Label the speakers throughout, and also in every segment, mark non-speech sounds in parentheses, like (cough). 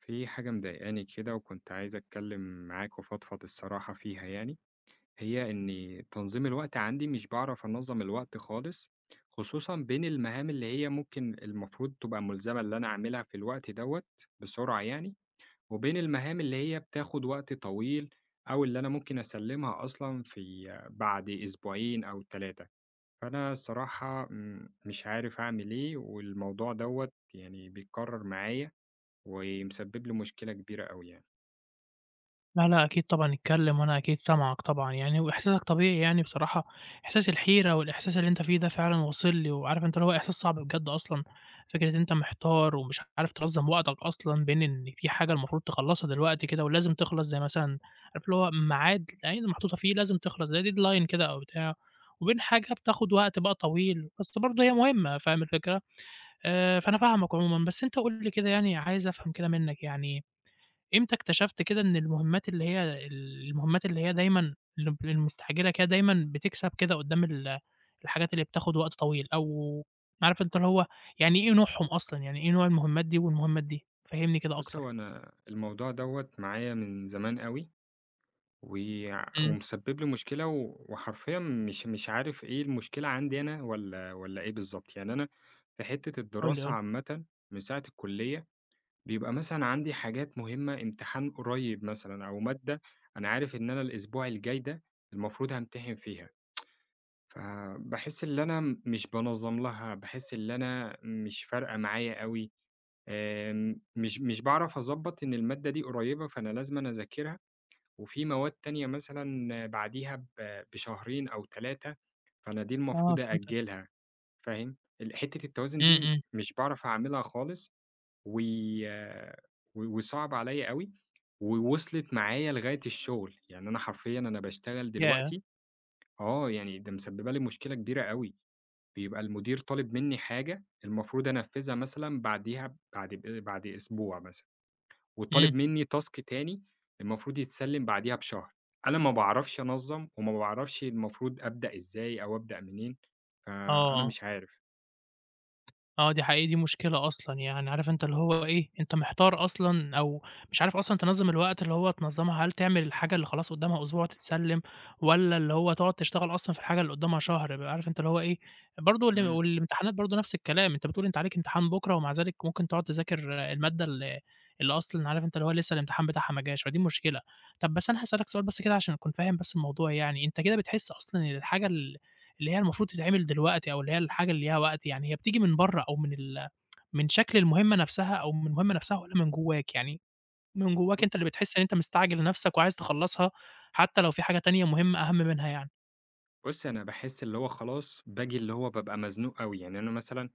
Speaker 1: في حاجة مضايقاني كده وكنت عايز أتكلم معاك وأفضفض الصراحة فيها يعني. هي إن تنظيم الوقت عندي مش بعرف أنظم الوقت خالص، خصوصا بين المهام اللي هي ممكن المفروض تبقى ملزمة اللي أنا أعملها في الوقت دوت بسرعة يعني، وبين المهام اللي هي بتاخد وقت طويل أو اللي أنا ممكن أسلمها أصلا في بعد أسبوعين أو ثلاثة. فأنا الصراحة مش عارف أعمل إيه، والموضوع دوت يعني بيتكرر معايا ومسبب له مشكلة كبيرة أوي يعني.
Speaker 2: لا، لأ، أكيد طبعًا اتكلّم وأنا أكيد سامعك طبعًا يعني، وإحساسك طبيعي يعني بصراحة، إحساس الحيرة والإحساس اللي أنت فيه ده فعلًا واصل لي، وعارف أنت اللي هو إحساس صعب بجد أصلًا، فكرة إن أنت محتار ومش عارف تنظّم وقتك أصلًا بين إن في حاجة المفروض تخلّصها دلوقتي كده ولازم تخلص زي مثلًا عارف اللي هو ميعاد العين محطوطة فيه لازم تخلص زي deadline كده أو بتاع، وبين حاجة بتاخد وقت بقى طويل، بس برضه هي مهمة فاهم الفكرة؟ فأنا فاهمك عمومًا، بس أنت قُل لي كده يعني عايز أفهم كده منّك يعني إمتى اكتشفت كده إن المهمات اللي هي دايمًا اللي ب المستعجلة كده دايمًا بتكسب كده قدّام الحاجات اللي بتاخد وقت طويل، أو عارف أنت اللي هو يعني إيه نوعهم أصلًا، يعني إيه نوع المهمات دي والمهمات دي؟ فهّمني كده
Speaker 1: بُص، هو
Speaker 2: أكتر.
Speaker 1: أنا الموضوع دوّة معايا من زمان أوي،
Speaker 2: إمم،
Speaker 1: ومسبب لي مشكلة وحرفيًا مش عارف إيه المشكلة عندي أنا والّا إيه بالضبط، يعني أنا في حتّة
Speaker 2: قُل لي، قُل
Speaker 1: الدراسة
Speaker 2: لي.
Speaker 1: عامةً من ساعة الكلية، بيبقى مثلًا عندي حاجات مهمة، امتحان قريب مثلًا أو مادة أنا عارف إن أنا الأسبوع الجاي ده المفروض هامتحن فيها، فباحس اللي أنا مش بانظّم لها، باحس اللي أنا مش فارقة معايا أوي. مش باعرف أضبّط إن المادة دي قريّبة فأنا لازمًا أذاكرها، وفي مواد تانية مثلًا بعديها بشهرين أو 3، فأنا دي
Speaker 2: آه
Speaker 1: المفروض
Speaker 2: فهمتك.
Speaker 1: أأجّلها، فاهم؟ حتّة التوازن
Speaker 2: إمم،
Speaker 1: دي
Speaker 2: إمم.
Speaker 1: مش باعرف أعملها خالص، و آه، و وصعب عليّا أوي، ووصلت معايا لغاية الشغل، يعني أنا حرفيًا أنا باشتغل
Speaker 2: ياه!
Speaker 1: دلوقتي آه، يعني ده مسبّبة لي مشكلة كبيرة أوي. بيبقى المدير طالب منّي حاجة المفروض أنفّذها مثلًا بعديها بعد أسبوع مثلًا،
Speaker 2: إمم،
Speaker 1: وطالب منّي task تاني المفروض يتسلّم بعديها بشهر. أنا ما باعرفش أنظّم وما باعرفش المفروض أبدأ إزاي أو أبدأ منين،
Speaker 2: آه،
Speaker 1: فأنا
Speaker 2: آه.
Speaker 1: مش عارف.
Speaker 2: آه، دي حقيقي دي مشكلة أصلًا، يعني عارف أنت اللي هو إيه، أنت محتار أصلًا أو مش عارف أصلًا تنظّم الوقت اللي هو تنظّمها، هل تعمل الحاجة اللي خلاص قدّامها أسبوع وتتسلّم، والّا اللي هو تقعد تشتغل أصلًا في الحاجة اللي قدّامها شهر بقى، عارف أنت اللي هو إيه، برضه وال
Speaker 1: إمم.
Speaker 2: والامتحانات برضه نفس الكلام، أنت بتقول أنت عليك امتحان بُكرة ومع ذلك ممكن تقعد تذاكر المادة اللي أصلًا عارف أنت اللي هو لسه الامتحان بتاعها ما جاش، فدي مشكلة. طَب بس أنا هاسألك سؤال بس كده عشان أكون فاهم بس الموضوع يعني، أنت كده بتحس أصلًا إن الحاجة اللي هي المفروض تتعمل دلوقتي أو اللي هي الحاجة اللي ليها وقت، يعني هي بتيجي من برّه أو من من شكل المهمة نفسها أو من المهمة نفسها والّا من جواك؟ يعني من
Speaker 1: ب
Speaker 2: جواك أنت اللي بتحس إن أنت مستعجل نفسك وعايز تخلّصها حتى لو في حاجة تانية مهمة أهَم منها يعني.
Speaker 1: بُص، أنا باحس اللي هو خلاص باجي اللي هو بابقى مزنوق أوي. يعني أنا مثلًا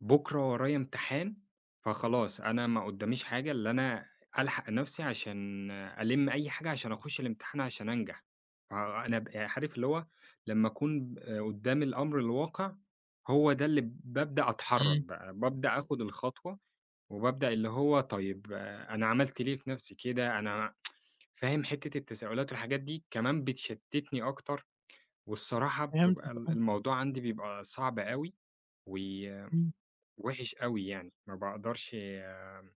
Speaker 1: بُكرة ورايا امتحان، فخلاص أنا ما قدّاميش حاجة إلا أنا ألحق نفسي عشان ألِم أي حاجة عشان أخُش الامتحان عشان أنجح. فأنا يعني عارف اللي هو لمّا أكون قدّام الأمر الواقع، هو ده اللي بابدأ أتحرّك
Speaker 2: إمم،
Speaker 1: بقى، بابدأ آخُد الخطوة، وبابدأ اللي هو طيب آه، أنا عملت ليه في نفسي كده. أنا فاهم حتّة التساؤلات والحاجات دي كمان بتشتّتني أكتر، والصراحة بتبقى
Speaker 2: فهمتك آه،
Speaker 1: الموضوع عندي بيبقى صعب أوي و
Speaker 2: إمم،
Speaker 1: وِحِش أوي يعني، ما باقدرش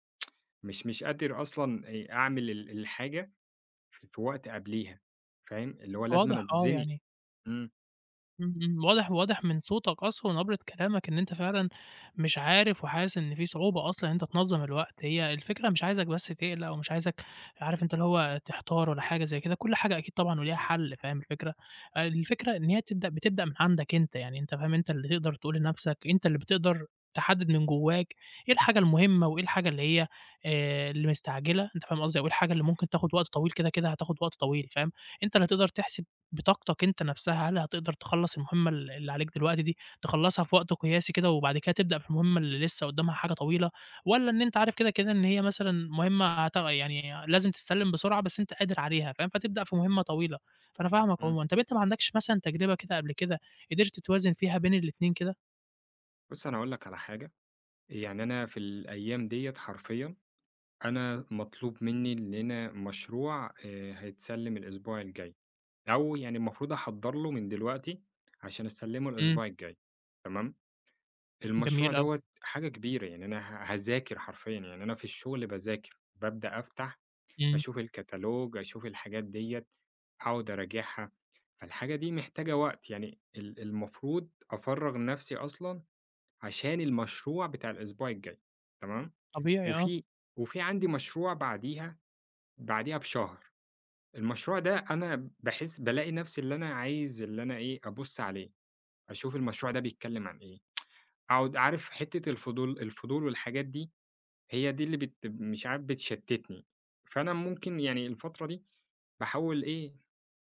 Speaker 1: مش قادر أصلًا أعمل الحاجة في وقت قبليها. فاهم؟ اللي هو
Speaker 2: واضح
Speaker 1: لازمًا
Speaker 2: آه،
Speaker 1: أتزنق.
Speaker 2: يعني
Speaker 1: إمم،
Speaker 2: إمم، إمم، واضح واضح من صوتك أصلًا ونبرة كلامك إن أنت فعلًا مش عارف وحاسس إن في صعوبة أصلًا إن أنت تنظّم الوقت، هي الفكرة مش عايزك بس تقلق ومش عايزك عارف أنت اللي هو تحتار ولا حاجة زي كده، كل حاجة أكيد طبعًا وليها حل فاهم الفكرة؟ الفكرة إن هي بتبدأ من عندك أنت، يعني أنت فاهم أنت اللي تقدر تقول لنفسك، أنت اللي بتقدر تحدد من جواك إيه الحاجة المهمة وإيه الحاجة اللي هي اللي مستعجلة، أنت فاهم قصدي، أو إيه الحاجة اللي ممكن تاخد وقت طويل كده، كده هتاخد وقت طويل فاهم، أنت اللي هتقدر تحسب بطاقتك أنت نفسها، هل هتقدر تخلّص المهمة اللي عليك دلوقتي دي، تخلّصها في وقت قياسي كده وبعد كده تبدأ في المهمة اللي لسه قدّامها حاجة طويلة، والّا إن أنت عارف كده، كده إن هي مثلًا مهمة يعني لازم تتسلّم بسرعة بس أنت قادر عليها فاهم، فتبدأ في مهمة طويلة، فأنا فاهمك
Speaker 1: إمم.
Speaker 2: عمومًا. طَب أنت ما عندكش مثلًا تجربة كده قبل كده قدرت توازن فيها بين الاتنين كده؟
Speaker 1: بُص، أنا هاقول لك على حاجة. يعني أنا في الأيام ديّة حرفيًا أنا مطلوب منّي إن أنا مشروع هيتسلّم الأسبوع الجاي، أو يعني المفروض أحضّر له من دلوقتي عشان أسلّمه
Speaker 2: إمم،
Speaker 1: الأسبوع الجاي، تمام؟ المشروع
Speaker 2: جميل أوي،
Speaker 1: دوّة حاجة كبيرة، يعني أنا هاذاكر حرفيًا، يعني أنا في الشغل باذاكر، بابدأ أفتح
Speaker 2: إمم،
Speaker 1: أشوف الكتالوج، أشوف الحاجات ديّة، أقعد أراجعها. فالحاجة دي محتاجة وقت، يعني المفروض أفرّغ نَفْسي أصلًا عشان المشروع بتاع الأسبوع الجاي، تمام.
Speaker 2: طبيعي آه،
Speaker 1: وفي وفي عندي مشروع بعديها، بعديها بشهر. المشروع ده أنا باحس بالاقي نَفْسي اللي أنا عايز اللي أنا إيه، أبُص عليه، أشوف المشروع ده بيتكلّم عن إيه، أقعد عارف حتّة الفضول والحاجات دي هي دي اللي مش عارف بتشتتني. فأنا ممكن يعني الفترة دي باحاول إيه،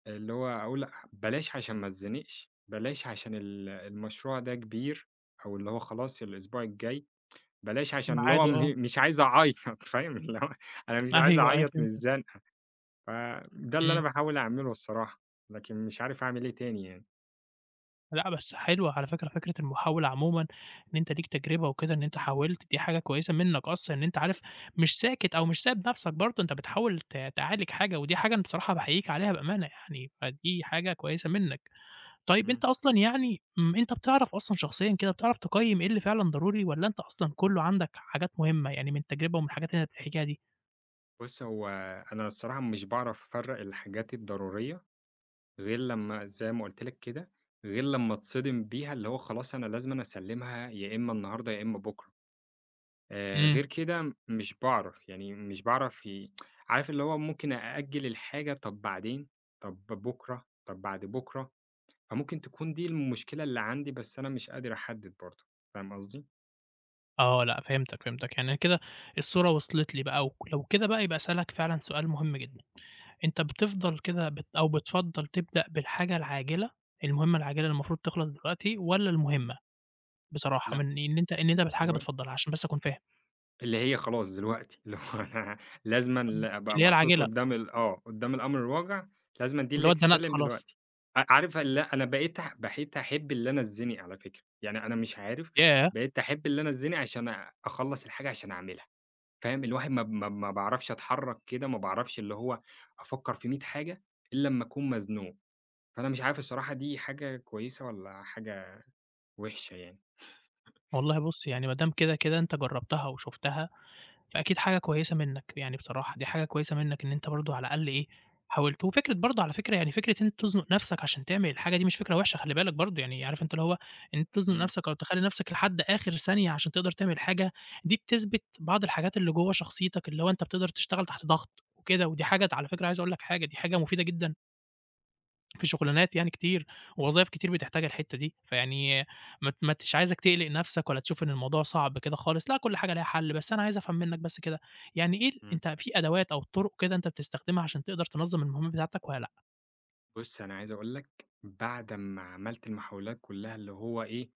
Speaker 1: اللي هو أقول لأ، بلاش عشان ما اتزنقش، بلاش عشان المشروع ده كبير أو اللي هو خلاص الأسبوع الجاي، بلاش عشان اللي هو
Speaker 2: ميعاده آه،
Speaker 1: (laughs) مش عايز أعيّط (laughs) فاهم، اللي هو أنا مش عايز
Speaker 2: أيوه، أيوه
Speaker 1: أعيّط من
Speaker 2: فهمتك،
Speaker 1: الزنقة. فده اللي أنا
Speaker 2: إمم.
Speaker 1: باحاول أعمله الصراحة، لكن مش عارف أعمل إيه تاني يعني.
Speaker 2: لأ، بس حلوة على فكرة فكرة المحاولة عمومًا، إن أنت ليك تجربة وكده إن أنت حاولت، دي حاجة كويسة منّك أصلًا إن أنت عارف مش ساكت أو مش سايب نَفْسك برضه، أنت بتحاول تعالج حاجة، ودي حاجة أنا بصراحة باحييك عليها بأمانة يعني، فدي حاجة كويسة منّك. طيب
Speaker 1: إمم.
Speaker 2: أنت أصلًا يعني إمم، أنت بتعرف أصلًا شخصيًا كده بتعرف تقيّم إيه اللي فعلًا ضروري والّا أنت أصلًا كُلّه عندك حاجات مهمة، يعني من التجربة ومن الحاجات اللي أنت بتحكيها دي؟
Speaker 1: بُص، هو أنا الصراحة مش باعرف أفرّق الحاجات الضرورية غير لمّا زي ما قُلت لك كده، غير لمّا اتصدم بيها اللي هو خلاص أنا لازمًا أسلّمها يا إمّا النهارده يا إمّا بُكرة.
Speaker 2: إمم،
Speaker 1: غير كده مش باعرف، يعني مش باعرف عارف اللي هو ممكن أأجّل الحاجة طَب بعدين، طَب بُكرة، طَب بعد بُكرة. فممكن تكون دي المشكلة اللي عندي، بس أنا مش قادر أحدّد برضه، فاهم قصدي؟
Speaker 2: آه، لأ فهمتك، فهمتك، يعني أنا كده الصورة وصلت لي بقى لو كده بقى يبقى أسألك فعلًا سؤال مهم جدًا. أنت بتفضل كده بت أو بتفضّل تبدأ بالحاجة العاجلة، المهمة العاجلة اللي المفروض تخلص دلوقتي والّا المهمة بصراحة
Speaker 1: لأ،
Speaker 2: من إن أنت بالحاجة
Speaker 1: و
Speaker 2: بتفضّلها عشان بس أكون فاهم،
Speaker 1: اللي هي خلاص دلوقتي، اللي هو أنا (laughs) لازمًا أبقى
Speaker 2: اللي هي
Speaker 1: محطوط
Speaker 2: العاجلة،
Speaker 1: قدّام آه، قدّام الأمر الواقع، لازمًا دي
Speaker 2: اللي
Speaker 1: اللي
Speaker 2: هو اتزنقت
Speaker 1: تتسلِّم
Speaker 2: خلاص؟
Speaker 1: دلوقتي. عارف اللي أنا بقيت بقيت أحب اللي أنا أتزنق على فكرة، يعني أنا مش عارف،
Speaker 2: ياه!
Speaker 1: بقيت أحب اللي أنا أتزنق عشان أخلّص الحاجة عشان أعملها. فاهم؟ الواحد ما باعرفش أتحرّك كده، ما باعرفش اللي هو أفكّر في 100 حاجة إلّا أمّا أكون مزنوق. فأنا مش عارف الصراحة دي حاجة كويسة والّا حاجة وِحشة يعني.
Speaker 2: والله بُص يعني ما دام كده، كده أنت جرّبتها وشُفتها فأكيد حاجة كويسة منّك، يعني بصراحة دي حاجة كويسة منّك إن أنت برضه على الأقل إيه، حاولت. وفكرة برضه على فكرة يعني فكرة إن أنت تزنُق نَفْسك عشان تعمل الحاجة دي مش فكرة وِحشة خلّي بالك برضه، يعني عارف أنت اللي هو إن أنت تزنُق
Speaker 1: إمم،
Speaker 2: نَفْسك أو تخلّي نَفْسك لحد آخِر ثانية عشان تقدر تعمل حاجة، دي بتثبِت بعض الحاجات اللي جوّه شخصيتك اللي هو أنت بتقدر تشتغل تحت ضغط وكده، ودي حاجة على فكرة عايز أقول لك حاجة، دي حاجة مفيدة جدًا في شغلانات يعني كتير، ووظايف كتير بتحتاج الحتّة دي، فيعني ما تش عايزك تقلق نَفْسك ولا تشوف إن الموضوع صعب كده خالص، لأ كل حاجة ليها حَل، بس أنا عايز أفهم منّك بس كده، يعني إيه
Speaker 1: إمم.
Speaker 2: أنت في أدوات أو طُرق كده أنت بتستخدمها عشان تقدر تنظّم المهام بتاعتك والّا لأ؟
Speaker 1: بُص، أنا عايز أقول لك بعد أمّا عملت المحاولات كلّها اللي هو إيه،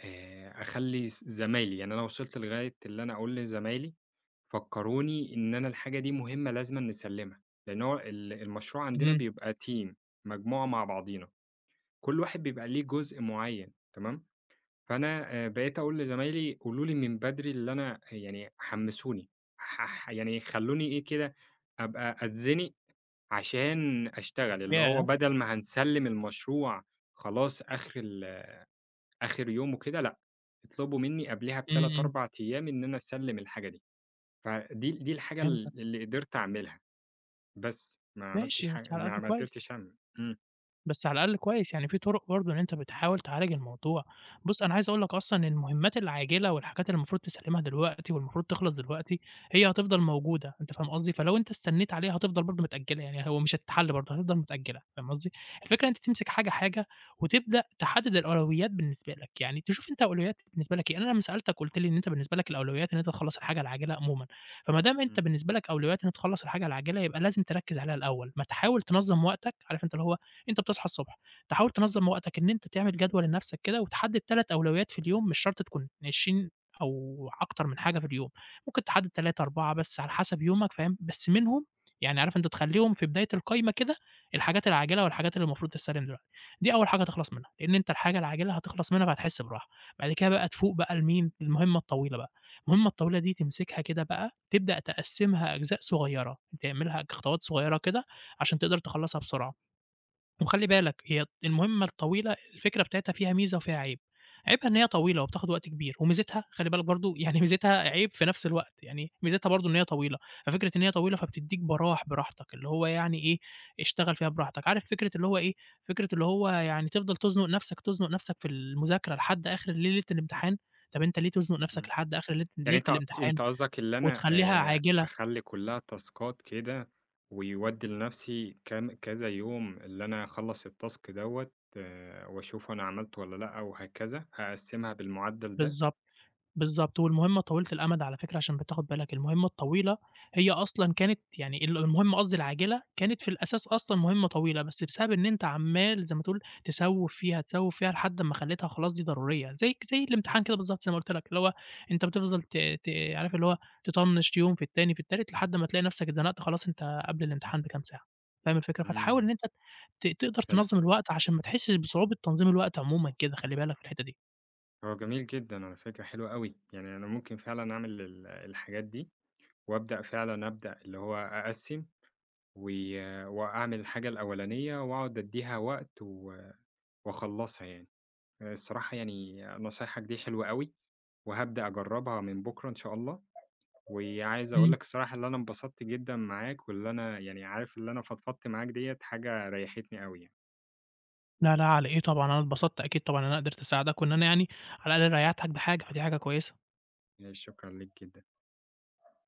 Speaker 1: أخلّي زمايلي، يعني أنا وصلت لغاية اللي أنا أقول لزمايلي فكّروني إن أنا الحاجة دي مهمة لازمًا نسلِّمها، لإن هو المشروع عندنا
Speaker 2: إمم،
Speaker 1: بيبقى team، مجموعة مع بعضينا، كل واحد بيبقى ليه جزء معيّن تمام. فأنا بقيت أقول لزمايلي قولوا لي من بدري اللي أنا يعني حمّسوني، ح ح يعني خلّوني إيه كده أبقى أتزنق عشان أشتغل، اللي هو
Speaker 2: ياه!
Speaker 1: بدل ما هنسلِّم المشروع خلاص آخر آخر يوم وكده، لأ، اطلبوا منّي قبلها ب3،
Speaker 2: إمم، إمم،
Speaker 1: 4 أيام إن أنا أسلِّم الحاجة دي. فدي دي الحاجة
Speaker 2: فهمتك،
Speaker 1: اللي قدرت أعملها، بس ما عملتش
Speaker 2: ماشي، بس
Speaker 1: حاجة
Speaker 2: على
Speaker 1: ما
Speaker 2: الأقل
Speaker 1: ما
Speaker 2: كويس.
Speaker 1: قدرتش أعمل إمم،
Speaker 2: بس على الأقل كويس، يعني في طرق برضه إن أنت بتحاول تعالج الموضوع. بُص، أنا عايز أقول لك أصلًا إن المهمات العاجلة والحاجات اللي المفروض تسلِّمها دلوقتي والمفروض تخلص دلوقتي، هي هتفضل موجودة، أنت فاهم قصدي؟ فلو أنت استنّيت عليها هتفضل برضه متأجّلة، يعني هو مش هتتحل برضه، هتفضل متأجّلة، فاهم قصدي؟ الفكرة إن أنت تمسك حاجة، حاجة وتبدأ تحدّد الأولويات بالنسبة لك، يعني تشوف أنت أولويات بالنسبة لك إيه. أنا لمّا سألتك قُلت لي إن أنت بالنسبة لك الأولويات إن أنت تخلّص الحاجة العاجلة عمومًا، فما دام أنت
Speaker 1: إمم،
Speaker 2: بالنسبة لك أولويات إن تخلّص الحاجة العاجلة، يبقى لازم تركّز عليها الأول، ما تحاول تنظّم وقتك، عارف أنت اللي هو أنت بتصحى الصبح، تحاول تنظّم وقتك إن أنت تعمل جدول لنفسك كده وتحدد 3 أولويات في اليوم، مش شرط تكون 20 أو أكتر من حاجة في اليوم، ممكن تحدد 3، 4 بس على حسب يومك فاهم، بس منهم يعني عارف أنت تخلّيهم في بداية القايمة كده، الحاجات العاجلة والحاجات اللي المفروض تستسلم دلوقتي، دي أول حاجة تخلص منها، لإن أنت الحاجة العاجلة هتخلص منها فهتحس براحة، بعد كده بقى تفوق بقى لمين، للمهمة الطويلة بقى، المهمة الطويلة دي تمسكها كده بقى تبدأ تقسّمها أجزاء صغيرة، تعملها خطوات صغيرة كده عشان تقدر تخلّصها بسرعة. طب خلّي بالك هي المهمة الطويلة الفكرة بتاعتها فيها ميزة وفيها عيب، عيبها إن هي طويلة وبتاخد وقت كبير، وميزتها خلّي بالك برضه يعني (laughs) ميزتها عيب في نفس الوقت، يعني ميزتها برضه إن هي طويلة، ففكرة إن هي طويلة فبتدّيك براحتك، اللي هو يعني إيه، اشتغل فيها براحتك، عارف فكرة اللي هو إيه، فكرة اللي هو يعني تفضل تزنق نفسك، تزنق نفسك في المذاكرة لحد آخر ليلة الامتحان، طب أنت ليه تزنق نفسك
Speaker 1: إمم.
Speaker 2: لحد آخر ليلة
Speaker 1: يعني
Speaker 2: ليلة
Speaker 1: أنت
Speaker 2: الامتحان
Speaker 1: أنت قصدك اللي أنا
Speaker 2: وتخلّيها عاجلة؟
Speaker 1: أخلّي كلّها تاسكات كده، ويودّي لنفسي كام كذا يوم اللي أنا أخلّص الtask دوّة وأشوف أنا عملته والّا لأ وهكذا، أقسّمها بالمُعدّل ده؟
Speaker 2: بالضبط. بالضبط، والمهمة طويلة الأمد على فكرة عشان بتاخد بالك، المهمة الطويلة هي أصلًا كانت يعني المهمة قصدي العاجلة كانت في الأساس أصلًا مهمة طويلة، بس بسبب إن أنت عمّال زي ما تقول تسوّف فيها، تسوّف فيها لحد أمّا خلّيتها خلاص دي ضرورية، زي الامتحان كده بالضبط زي ما قُلت لك، اللي هو أنت بتفضل ت ت عارف اللي هو تطنّش يوم في التاني في التالت لحد ما تلاقي نفسك اتزنقت خلاص أنت قبل الامتحان بكام ساعة، فاهم الفكرة؟ فتحاول
Speaker 1: إمم،
Speaker 2: إن أنت تقدر
Speaker 1: حلو.
Speaker 2: تنظّم الوقت عشان ما تحسّش بصعوبة تنظيم الوقت عمومًا كده خلّي بالك في الحتّة دي.
Speaker 1: هو جميل جدًا على فكرة، حلو أوي. يعني أنا ممكن فعلًا أعمل الحاجات دي، وأبدأ فعلًا أبدأ اللي هو أقسّم و وأعمل الحاجة الأولانية وأقعد أدّيها وقت وأخلّصها يعني. الصراحة يعني نصايحك دي حلوة أوي، وهابدأ أجرّبها من بُكرة إن شاء الله. وعايز أقول
Speaker 2: إمم.
Speaker 1: لك الصراحة اللي أنا انبسطت جدًا معاك، واللي أنا يعني عارف اللي أنا فضفضت معاك ديّة حاجة ريّحتني أوي
Speaker 2: لا، لا على إيه طبعًا، أنا اتبسطت أكيد طبعًا إن أنا قدرت أساعدك وإن أنا يعني على الأقل ريّحتك بحاجة، فدي حاجة كويسة.
Speaker 1: يعني. شكرًا ليك جدًا.